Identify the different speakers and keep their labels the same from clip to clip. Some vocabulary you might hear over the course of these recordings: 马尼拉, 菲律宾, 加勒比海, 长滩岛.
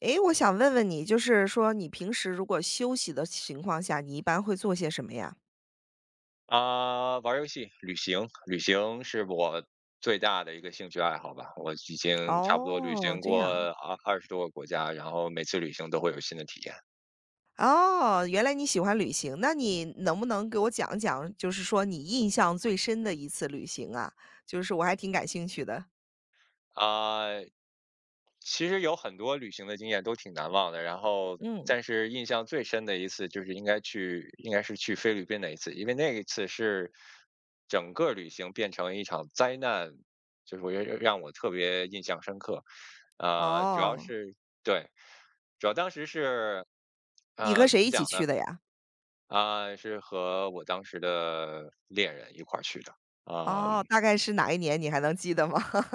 Speaker 1: 诶，我想问问你，就是说你平时如果休息的情况下，你一般会做些什么呀？
Speaker 2: 玩儿游戏、旅行是我最大的一个兴趣爱好吧。我已经差不多旅
Speaker 1: 哦，
Speaker 2: 行
Speaker 1: 这
Speaker 2: 过
Speaker 1: 样。
Speaker 2: 二十多个国家，然后每次旅行都会有新的体验。
Speaker 1: 哦，原来你喜欢旅行，那你能不能给我讲讲，就是说你印象最深的一次旅行啊？就是我还挺感兴趣的。
Speaker 2: 啊，其实有很多旅行的经验都挺难忘的，然后
Speaker 1: 嗯。
Speaker 2: 但是印象最深的一次就是应该是去菲律宾那一次，因为那一次是整个旅行变成一场灾难，就是我觉得让我特别印象深刻。主要
Speaker 1: 哦，
Speaker 2: 是对。主要当时是
Speaker 1: 你和
Speaker 2: 怎
Speaker 1: 谁
Speaker 2: 么
Speaker 1: 一
Speaker 2: 讲
Speaker 1: 起
Speaker 2: 呢？
Speaker 1: 去的呀？
Speaker 2: 是和我当时的恋人一块儿去的。啊、
Speaker 1: 哦，大概是哪一年，你还能记得吗？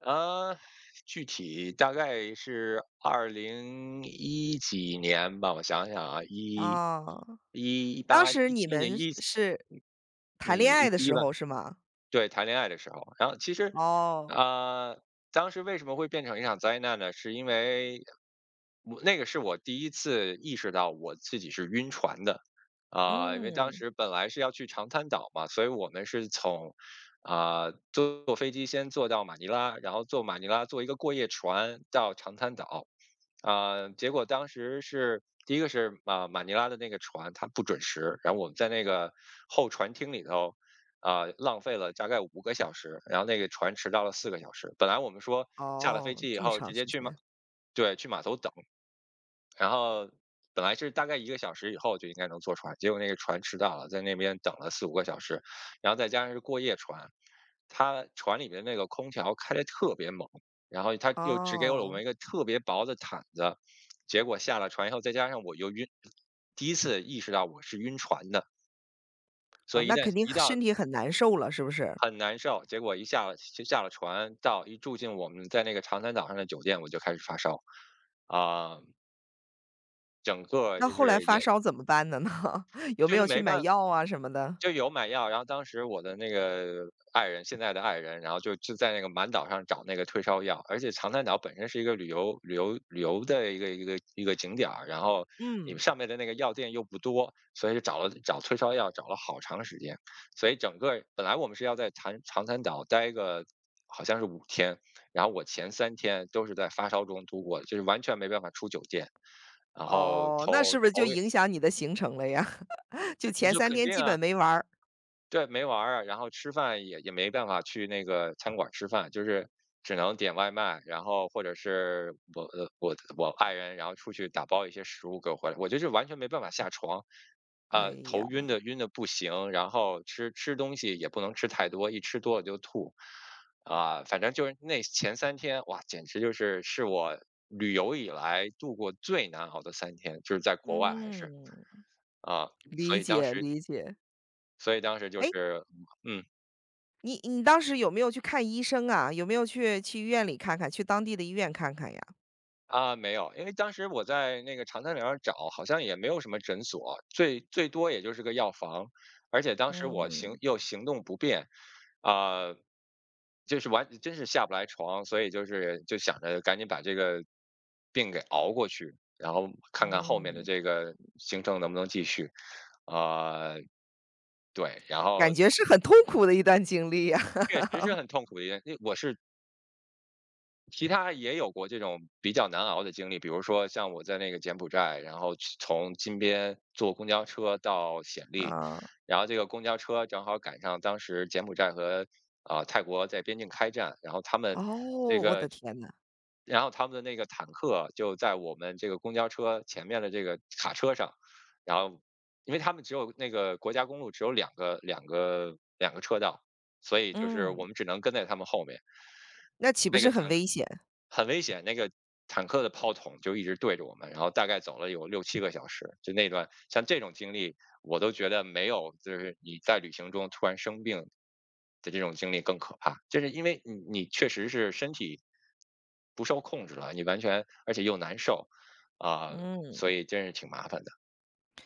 Speaker 2: 啊，具体大概是二零一几年吧，我想想啊，一
Speaker 1: 哦，
Speaker 2: 一一
Speaker 1: 当
Speaker 2: 八
Speaker 1: 时
Speaker 2: 一
Speaker 1: 你
Speaker 2: 七年
Speaker 1: 们
Speaker 2: 一
Speaker 1: 是
Speaker 2: 嗯
Speaker 1: 谈恋
Speaker 2: 一
Speaker 1: 爱的
Speaker 2: 七
Speaker 1: 时
Speaker 2: 吧，
Speaker 1: 候是吗？
Speaker 2: 对，谈恋爱的时候。然后其实，
Speaker 1: 哦。
Speaker 2: 啊、当时为什么会变成一场灾难呢？是因为我那个是我第一次意识到我自己是晕船的，因为当
Speaker 1: 嗯。
Speaker 2: 时本来是要去长滩岛嘛，所以我们是从坐飞机先坐到马尼拉，然后坐马尼拉坐一个过夜船到长滩岛。结果当时是第一个是马尼拉的那个船它不准时，然后我们在那个候船厅里头浪费了大概五个小时，然后那个船迟到了4个小时。本来我们说下了飞
Speaker 1: 哦，
Speaker 2: 机以
Speaker 1: 这么
Speaker 2: 后
Speaker 1: 长
Speaker 2: 直接
Speaker 1: 时
Speaker 2: 去
Speaker 1: 间。
Speaker 2: 对，去码头等。然后本来是大概1个小时以后就应该能坐船，结果那个船迟到了，在那边等了四五个小时，然后再加上是过夜船，它船里面那个空调开的特别猛，然后它又只给了我
Speaker 1: 哦。
Speaker 2: 们一个特别薄的毯子。结果下了船以后，再加上我又晕，第一次意识到我是晕船的，
Speaker 1: 哦，
Speaker 2: 所以一
Speaker 1: 那肯
Speaker 2: 旦
Speaker 1: 定
Speaker 2: 一到
Speaker 1: 身体很难受了，是不是？
Speaker 2: 很难受。结果一下了就下了船，到一住进我们在那个长滩岛上的酒店，我就开始发烧，啊、整个
Speaker 1: 那
Speaker 2: 就
Speaker 1: 后来
Speaker 2: 是
Speaker 1: 发
Speaker 2: 也
Speaker 1: 烧怎么办的呢？有没
Speaker 2: 就是
Speaker 1: 有去
Speaker 2: 没
Speaker 1: 买
Speaker 2: 办法。
Speaker 1: 药啊什么的？
Speaker 2: 就有买药，然后当时我的那个爱人，现在的爱人，然后就在那个满岛上找那个退烧药，而且长滩岛本身是一个旅游的一个景点儿，然后你
Speaker 1: 嗯。
Speaker 2: 上面的那个药店又不多，所以就找了找退烧药找了好长时间。所以整个本来我们是要在长滩岛待个好像是5天，然后我前三天都是在发烧中度过的，就是完全没办法出酒店，然后
Speaker 1: 哦，那是不是就影响你的行程了呀？就
Speaker 2: 也
Speaker 1: 前
Speaker 2: 就
Speaker 1: 三
Speaker 2: 肯
Speaker 1: 天
Speaker 2: 定
Speaker 1: 基
Speaker 2: 啊。
Speaker 1: 本没玩儿。
Speaker 2: 对，没玩儿啊，然后吃饭也没办法去那个餐馆儿吃饭，就是只能点外卖，然后或者是我爱人，然后出去打包一些食物给我回来，我就是完全没办法下床，
Speaker 1: 哎呀。
Speaker 2: 头晕的晕的不行，然后吃吃东西也不能吃太多，一吃多了就吐。反正就是那前三天，哇，简直就是我旅游以来度过最难熬的三天，就是在国外还是
Speaker 1: 嗯，
Speaker 2: 啊、所
Speaker 1: 理
Speaker 2: 以当
Speaker 1: 解
Speaker 2: 时
Speaker 1: 理解。
Speaker 2: 所以当时就
Speaker 1: 哎，
Speaker 2: 是嗯。
Speaker 1: 你当时有没有去看医生啊？有没有去医院里看看，去当地的医院看看呀？
Speaker 2: 没有，因为当时我在那个长三角找，好像也没有什么诊所，最多也就是个药房，而且当时我行
Speaker 1: 嗯。
Speaker 2: 又行动不便，啊、就是真是下不来床，所以就是就想着赶紧把这个病给熬过去，然后看看后面的
Speaker 1: 嗯。
Speaker 2: 这个行程能不能继续。啊、对，然后
Speaker 1: 感觉是很痛苦的一段经历呀。
Speaker 2: 确实是很痛苦的一件，因为我是其他也有过这种比较难熬的经历。比如说像我在那个柬埔寨，然后从金边坐公交车到暹 粒，
Speaker 1: 啊，
Speaker 2: 然后这个公交车正好赶上当时柬埔寨和泰国在边境开战，然后他们这
Speaker 1: 哦，我的
Speaker 2: 个，
Speaker 1: 天呐。
Speaker 2: 然后他们的那个坦克就在我们这个公交车前面的这个卡车上，然后因为他们只有那个国家公路只有两个车道，所以就是
Speaker 1: 嗯。
Speaker 2: 我们只能跟在他们后面。
Speaker 1: 那岂不
Speaker 2: 那
Speaker 1: 是
Speaker 2: 个
Speaker 1: 很
Speaker 2: 坦
Speaker 1: 危险？
Speaker 2: 很危险，那个坦克的炮筒就一直对着我们，然后大概走了有六七个小时。就那段像这种经历，我都觉得没有就是你在旅行中突然生病的这种经历更可怕，就是因为你确实是身体不受控制了，你完全而且又难受啊、
Speaker 1: 嗯。
Speaker 2: 所以真是挺麻烦的。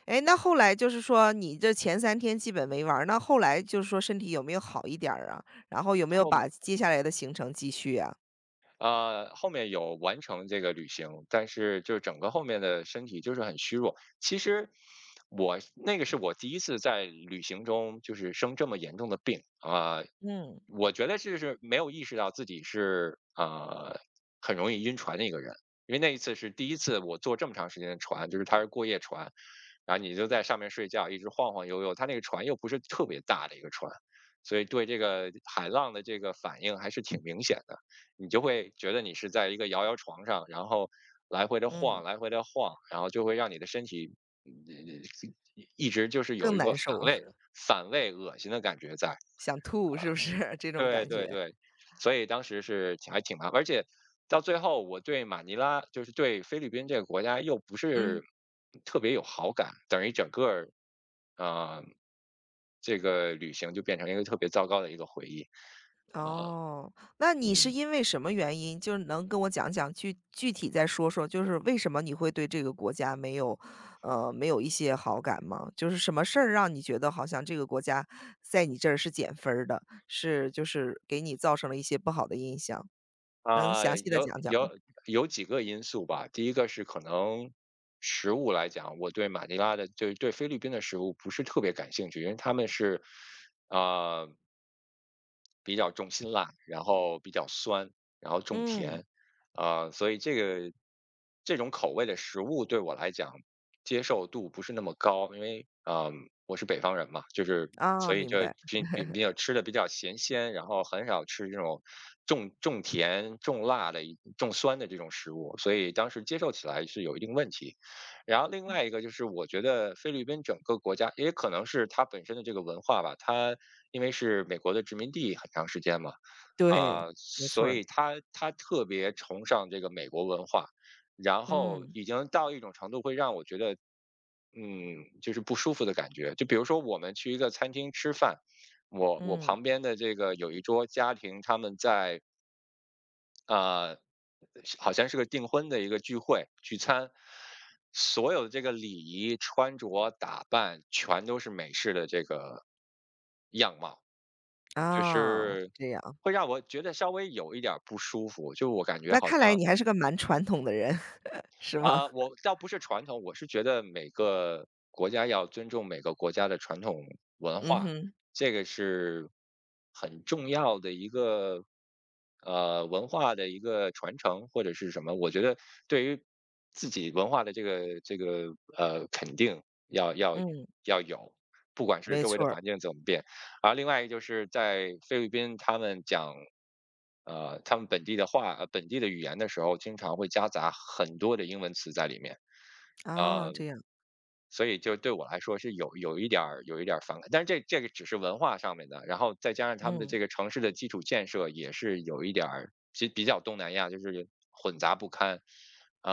Speaker 1: 哎，那后来就是说你这前三天基本没玩儿，那后来就是说身体有没有好一点儿啊？然后有没有
Speaker 2: 后面
Speaker 1: 把接下来的行程继续啊？
Speaker 2: 后面有完成这个旅行，但是就是整个后面的身体就是很虚弱。其实我那个是我第一次在旅行中就是生这么严重的病
Speaker 1: 嗯。
Speaker 2: 我觉得这是没有意识到自己是很容易晕船的一个人，因为那一次是第一次我坐这么长时间的船，就是它是过夜船，然后你就在上面睡觉，一直晃晃悠悠，它那个船又不是特别大的一个船，所以对这个海浪的这个反应还是挺明显的，你就会觉得你是在一个摇摇床上，然后来回的
Speaker 1: 嗯。
Speaker 2: 晃，来回的晃，然后就会让你的身体。嗯一直就是
Speaker 1: 更
Speaker 2: 有一个
Speaker 1: 难
Speaker 2: 反
Speaker 1: 受，
Speaker 2: 胃、恶心的感觉在。
Speaker 1: 想吐是不是 这种
Speaker 2: 对
Speaker 1: 感
Speaker 2: 对
Speaker 1: 觉。
Speaker 2: 对，所以当时是还挺麻烦，而且到最后我对马尼拉，就是对菲律宾这个国家又不
Speaker 1: 嗯。
Speaker 2: 是特别有好感，等于整个儿，呃，这个旅行就变成一个特别糟糕的一个回忆。啊，
Speaker 1: 哦，那你是
Speaker 2: 嗯。
Speaker 1: 因为什么原因，就是能跟我讲讲，具体再说说，就是为什么你会对这个国家没有，没有一些好感吗？就是什么事儿让你觉得好像这个国家在你这儿是减分儿的，是就是给你造成了一些不好的印象，能
Speaker 2: 啊，
Speaker 1: 详细的
Speaker 2: 有
Speaker 1: 讲讲吗？
Speaker 2: 有有几个因素吧。第一个是可能食物来讲，我对马尼拉的，就是对菲律宾的食物不是特别感兴趣，因为他们是，啊、比较重辛辣，然后比较酸，然后重
Speaker 1: 嗯。
Speaker 2: 甜。所以这种口味的食物对我来讲接受度不是那么高，因为我是北方人嘛，就是
Speaker 1: 啊，
Speaker 2: 所以
Speaker 1: 明
Speaker 2: 就
Speaker 1: 白。
Speaker 2: 比较吃的比较咸鲜，然后很少吃这种重甜、重辣的重酸的这种食物，所以当时接受起来是有一定问题。然后另外一个就是，我觉得菲律宾整个国家，也可能是它本身的这个文化吧，它因为是美国的殖民地很长时间嘛。
Speaker 1: 对，没错
Speaker 2: 所
Speaker 1: 儿。
Speaker 2: 以他特别崇尚这个美国文化，然后
Speaker 1: 嗯
Speaker 2: 已经到一种程度会让我觉得，就是不舒服的感觉。就比如说我们去一个餐厅吃饭，我
Speaker 1: 嗯。
Speaker 2: 旁边的这个有一桌家庭，他们呃，是好像是个订婚的一个聚会聚餐，所有的这个礼仪、穿着打扮全都是美式的这个样貌。就
Speaker 1: 啊，是
Speaker 2: 是
Speaker 1: 这样。
Speaker 2: 会让我觉得稍微有一点儿不舒服，就我感觉
Speaker 1: 那
Speaker 2: 好
Speaker 1: 看来
Speaker 2: 像
Speaker 1: 你还是个蛮传统的人，是吗？
Speaker 2: 我倒不是传统，我是觉得每个国家要尊重每个国家的传统文
Speaker 1: 嗯
Speaker 2: 化，
Speaker 1: 哼。
Speaker 2: 这个是很重要的一个文化的一个传承或者是什么。我觉得对于自己文化的这个肯定要要
Speaker 1: 嗯，
Speaker 2: 要有，不管是
Speaker 1: 没
Speaker 2: 周围
Speaker 1: 错
Speaker 2: 的
Speaker 1: 儿。
Speaker 2: 环境怎么变。而另外一个就是在菲律宾，他们讲，他们本地的语言的时候，经常会夹杂很多的英文词在里面，
Speaker 1: 啊，
Speaker 2: 呃，
Speaker 1: 这样。
Speaker 2: 所以就对我来说是有一点儿反感，但是这个只是文化上面的，然后再加上他们的
Speaker 1: 嗯。
Speaker 2: 这个城市的基础建设也是有一点儿比较东南亚，就是混杂不堪。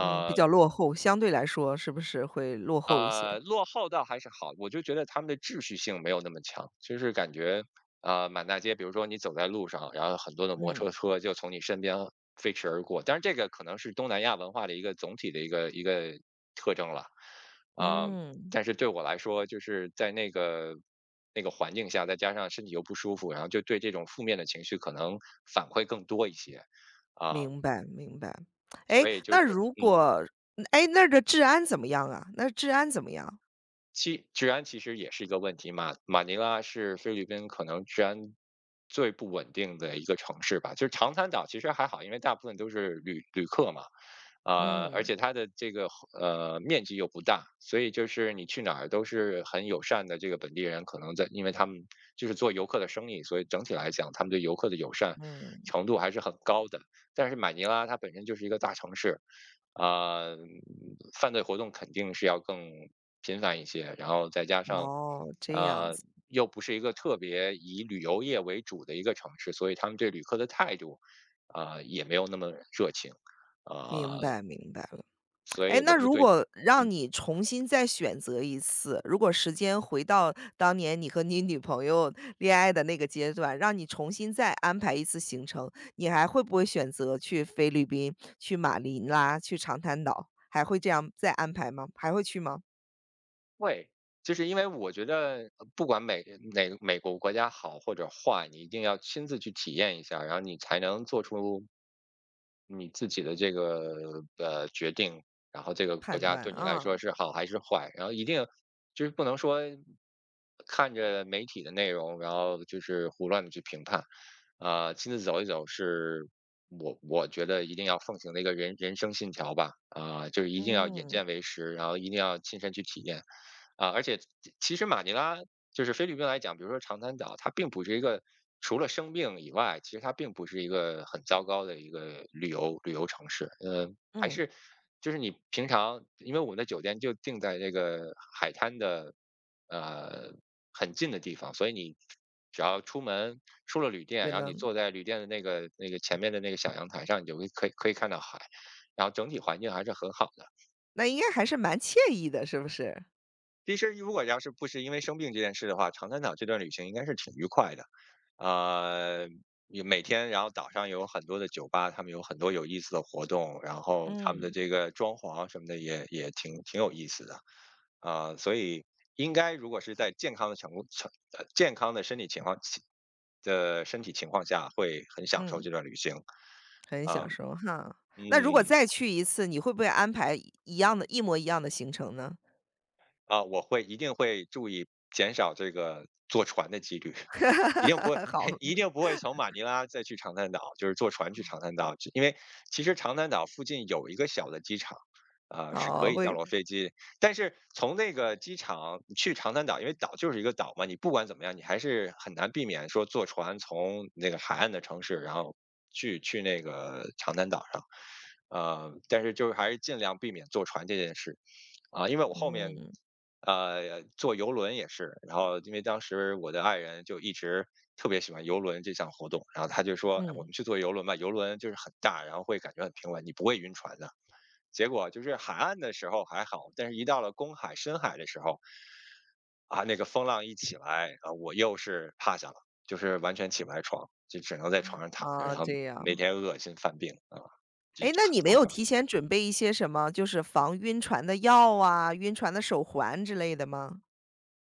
Speaker 1: 嗯，比较落后，相对来说是不是会落后一些？
Speaker 2: 落后倒还是好，我就觉得他们的秩序性没有那么强，就是感觉满大街，比如说你走在路上，然后很多的摩
Speaker 1: 嗯。
Speaker 2: 托车就从你身边飞驰而过，但是这个可能是东南亚文化的一个总体的一个特征了。啊、
Speaker 1: 嗯。
Speaker 2: 但是对我来说，就是在那个环境下，再加上身体又不舒服，然后就对这种负面的情绪可能反馈更多一些。啊、
Speaker 1: 明白，明白。哎，
Speaker 2: 所以就
Speaker 1: 那
Speaker 2: 是
Speaker 1: 如果哎那儿的治安怎么样啊？那治安怎么样？
Speaker 2: 其治安其实也是一个问题，马尼拉是菲律宾可能治安最不稳定的一个城市吧。就是长滩岛其实还好，因为大部分都是旅客嘛，而
Speaker 1: 嗯。
Speaker 2: 且它的这个面积又不大，所以就是你去哪儿都是很友善的。这个本地人可能在，因为他们就是做游客的生意，所以整体来讲，他们对游客的友善
Speaker 1: 嗯。
Speaker 2: 程度还是很高的。但是马尼拉它本身就是一个大城市，啊，犯罪活动肯定是要更频繁一些，然后再加上，
Speaker 1: 哦，这样
Speaker 2: 呃，
Speaker 1: 子。
Speaker 2: 又不是一个特别以旅游业为主的一个城市，所以他们对旅客的态度，也没有那么热情。啊，
Speaker 1: 明白，明白了。
Speaker 2: 所
Speaker 1: 哎，
Speaker 2: 以我
Speaker 1: 那
Speaker 2: 就
Speaker 1: 如
Speaker 2: 对。
Speaker 1: 果让
Speaker 2: 嗯，
Speaker 1: 你重新再选择一次，如果时间回到当年你和你女朋友恋爱的那个阶段，让你重新再安排一次行程，你还会不会选择去菲律宾、去马尼拉、去长滩岛？还会这样再安排吗？还会去吗？
Speaker 2: 会，就是因为我觉得不管哪美国国家好或者坏，你一定要亲自去体验一下，然后你才能做出你自己的这个，决定，然后这个国
Speaker 1: 判
Speaker 2: 家
Speaker 1: 断，
Speaker 2: 对你来
Speaker 1: 啊。
Speaker 2: 说是好还是坏，然后一定就是不能说看着媒体的内容，然后就是胡乱的去评判。亲自走一走是我觉得一定要奉行的一个人生信条吧。就是一定要眼
Speaker 1: 嗯。
Speaker 2: 见为实，然后一定要亲身去体验。而且其实马尼拉就是菲律宾来讲，比如说长滩岛，它并不是一个除了生病以外，其实它并不是一个很糟糕的一个旅游城市。嗯，还
Speaker 1: 嗯，
Speaker 2: 是就是你平常，因为我们的酒店就定在这个海滩的呃很近的地方，所以你只要出门出了旅店，
Speaker 1: 就
Speaker 2: 然后你
Speaker 1: 能
Speaker 2: 坐在旅店的那个前面的那个小阳台上，你就会可以看到海，然后整体环境还是很好的。
Speaker 1: 那应该还是蛮惬意的，是不是？
Speaker 2: 其实如果要是不是因为生病这件事的话，长三岛这段旅行应该是挺愉快的。呃，也每天，然后岛上有很多的酒吧，他们有很多有意思的活动，然后他们的
Speaker 1: 嗯。
Speaker 2: 这个装潢什么的也挺有意思的。所以应该如果是在健康的身体情况下，会很享受
Speaker 1: 嗯，
Speaker 2: 这段旅行。
Speaker 1: 很
Speaker 2: 啊、
Speaker 1: 享受哈。那如果
Speaker 2: 嗯。
Speaker 1: 再去一次，你会不会安排一样的一模一样的行程呢？
Speaker 2: 我会一定会注意减少这个坐船的几率。一定不会，
Speaker 1: 哈，好。
Speaker 2: 一定不会从马尼拉再去长滩岛，就是坐船去长滩岛，只因为其实长滩岛附近有一个小的机场，是可
Speaker 1: 哦，
Speaker 2: 以降
Speaker 1: 会
Speaker 2: 落飞机。但是从那个机场去长滩岛，因为岛就是一个岛嘛，你不管怎么样，你还是很难避免说坐船从那个海岸的城市，然后去那个长滩岛上。但是就是还是尽量避免坐船这件事，因为我后面
Speaker 1: 嗯
Speaker 2: 坐游轮也是，然后因为当时我的爱人就一直特别喜欢游轮这项活动，然后他就说：“哎我
Speaker 1: 嗯。
Speaker 2: 们去坐游轮吧，游轮就是很大，然后会感觉很平稳，你不会晕船的。”结果就是海岸的时候还好，但是一到了公海、深海的时候，那个风浪一起来，我又是趴下了，就是完全起不来床，就只能在床上躺着，
Speaker 1: 啊，
Speaker 2: 然后
Speaker 1: 这
Speaker 2: 每
Speaker 1: 样。
Speaker 2: 天恶心犯病啊，就
Speaker 1: 哎，那
Speaker 2: 很
Speaker 1: 你没有
Speaker 2: 糟糕。
Speaker 1: 提前准备一些什么，就是防晕船的药啊，晕船的手环之类的吗？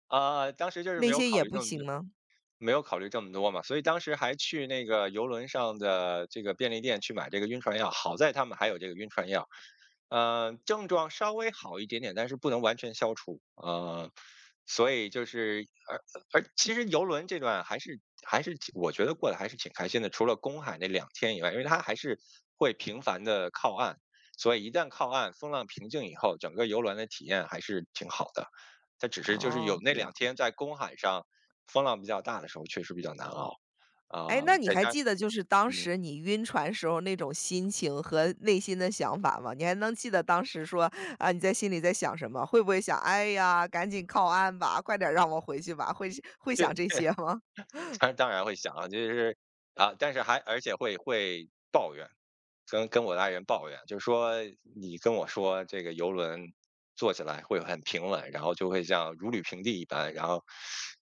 Speaker 2: 当时就是
Speaker 1: 那些也不行吗？
Speaker 2: 没有考虑这么多嘛，所以当时还去那个游轮上的这个便利店去买这个晕船药，好在他们还有这个晕船药，症状稍微好一点点，但是不能完全消除。所以就是而而其实游轮这段还是还是挺我觉得过得还是挺开心的，除了公海那两天以外，因为它还是会频繁的靠岸，所以一旦靠岸，风浪平静以后，整个游轮的体验还是挺好的，它只是就是
Speaker 1: 哦，
Speaker 2: 有那
Speaker 1: 这
Speaker 2: 两
Speaker 1: 样。
Speaker 2: 天在公海上。风浪比较大的时候确实比较难熬。啊，
Speaker 1: 哎，那你
Speaker 2: 在
Speaker 1: 还
Speaker 2: 家
Speaker 1: 记得就是当
Speaker 2: 嗯，
Speaker 1: 时你晕船时候那种心情和内心的想法吗？你还能记得当时说，啊，你在心里在想什么？会不会想：“哎呀，赶紧靠岸吧，快点儿让我回去吧。”会想这
Speaker 2: 这
Speaker 1: 些吗？
Speaker 2: 当然会想啊，就是啊，但是而且会抱怨。跟我的爱人抱怨，就是说你跟我说这个游轮坐起来会很平稳，然后就会像如履平地一般，然后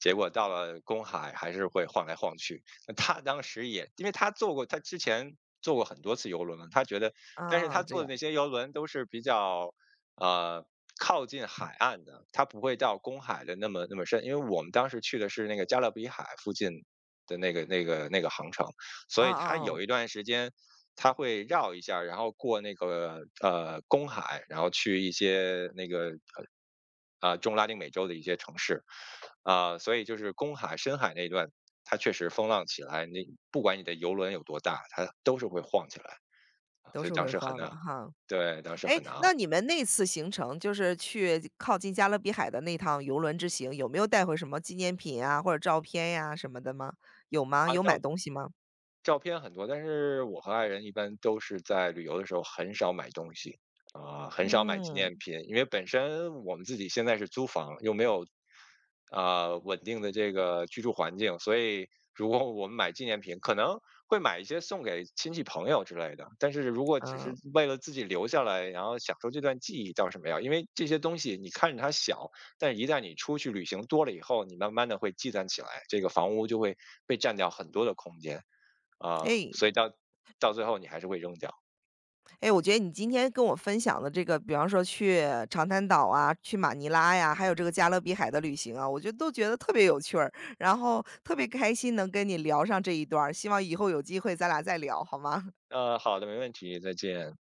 Speaker 2: 结果到了公海还是会晃来晃去。那他当时也，因为他坐过，他之前坐过很多次游轮了，他觉得，但是
Speaker 1: 啊，
Speaker 2: 他
Speaker 1: 这
Speaker 2: 坐的
Speaker 1: 样。
Speaker 2: 那些游轮都是比较呃靠近海岸的，他不会到公海的那么深，因为我们当时去的是那个加勒比海附近的那个航程。
Speaker 1: 啊
Speaker 2: 所以
Speaker 1: 啊
Speaker 2: 他
Speaker 1: 啊，我
Speaker 2: 有一段时间他会绕一下儿然后过那个公海，然后去一些那个中拉丁美洲的一些城市。所以就是公海、深海那一段，它确实风浪起来，你不管你的游轮有多大，它都是会晃起来。
Speaker 1: 都
Speaker 2: 所以
Speaker 1: 是
Speaker 2: 当
Speaker 1: 会
Speaker 2: 时很
Speaker 1: 慌的
Speaker 2: 难，
Speaker 1: 哈。
Speaker 2: 对，当时
Speaker 1: 哎，
Speaker 2: 很难
Speaker 1: 那
Speaker 2: 熬
Speaker 1: 你们那次行程，就是去靠近加勒比海的那趟游轮之行，有没有带回什么纪念品啊，或者照片呀、什么的吗？有吗？
Speaker 2: 啊。
Speaker 1: 有买东西吗？
Speaker 2: 照片很多，但是我和爱人一般都是在旅游的时候很少买东西，很少买纪
Speaker 1: 嗯
Speaker 2: 念品，因为本身我们自己现在是租房，又没有稳定的这个居住环境，所以如果我们买纪念品，可能会买一些送给亲戚朋友之类的。但是如果只
Speaker 1: 嗯。
Speaker 2: 是为了自己留下来，然后享受这段记忆，倒是没有，因为这些东西你看着它小，但是一旦你出去旅行多了以后，你慢慢的会积攒起来，这个房屋就会被占掉很多的空间。啊，
Speaker 1: 哎
Speaker 2: 所以到最后你还是会扔掉。
Speaker 1: 哎，我觉得你今天跟我分享的这个，比方说去长滩岛啊，去马尼拉呀，还有这个加勒比海的旅行啊，我觉得都觉得特别有趣儿，然后特别开心能跟你聊上这一段儿，希望以后有机会咱俩再聊，好吗？
Speaker 2: 好的，没问题，再见。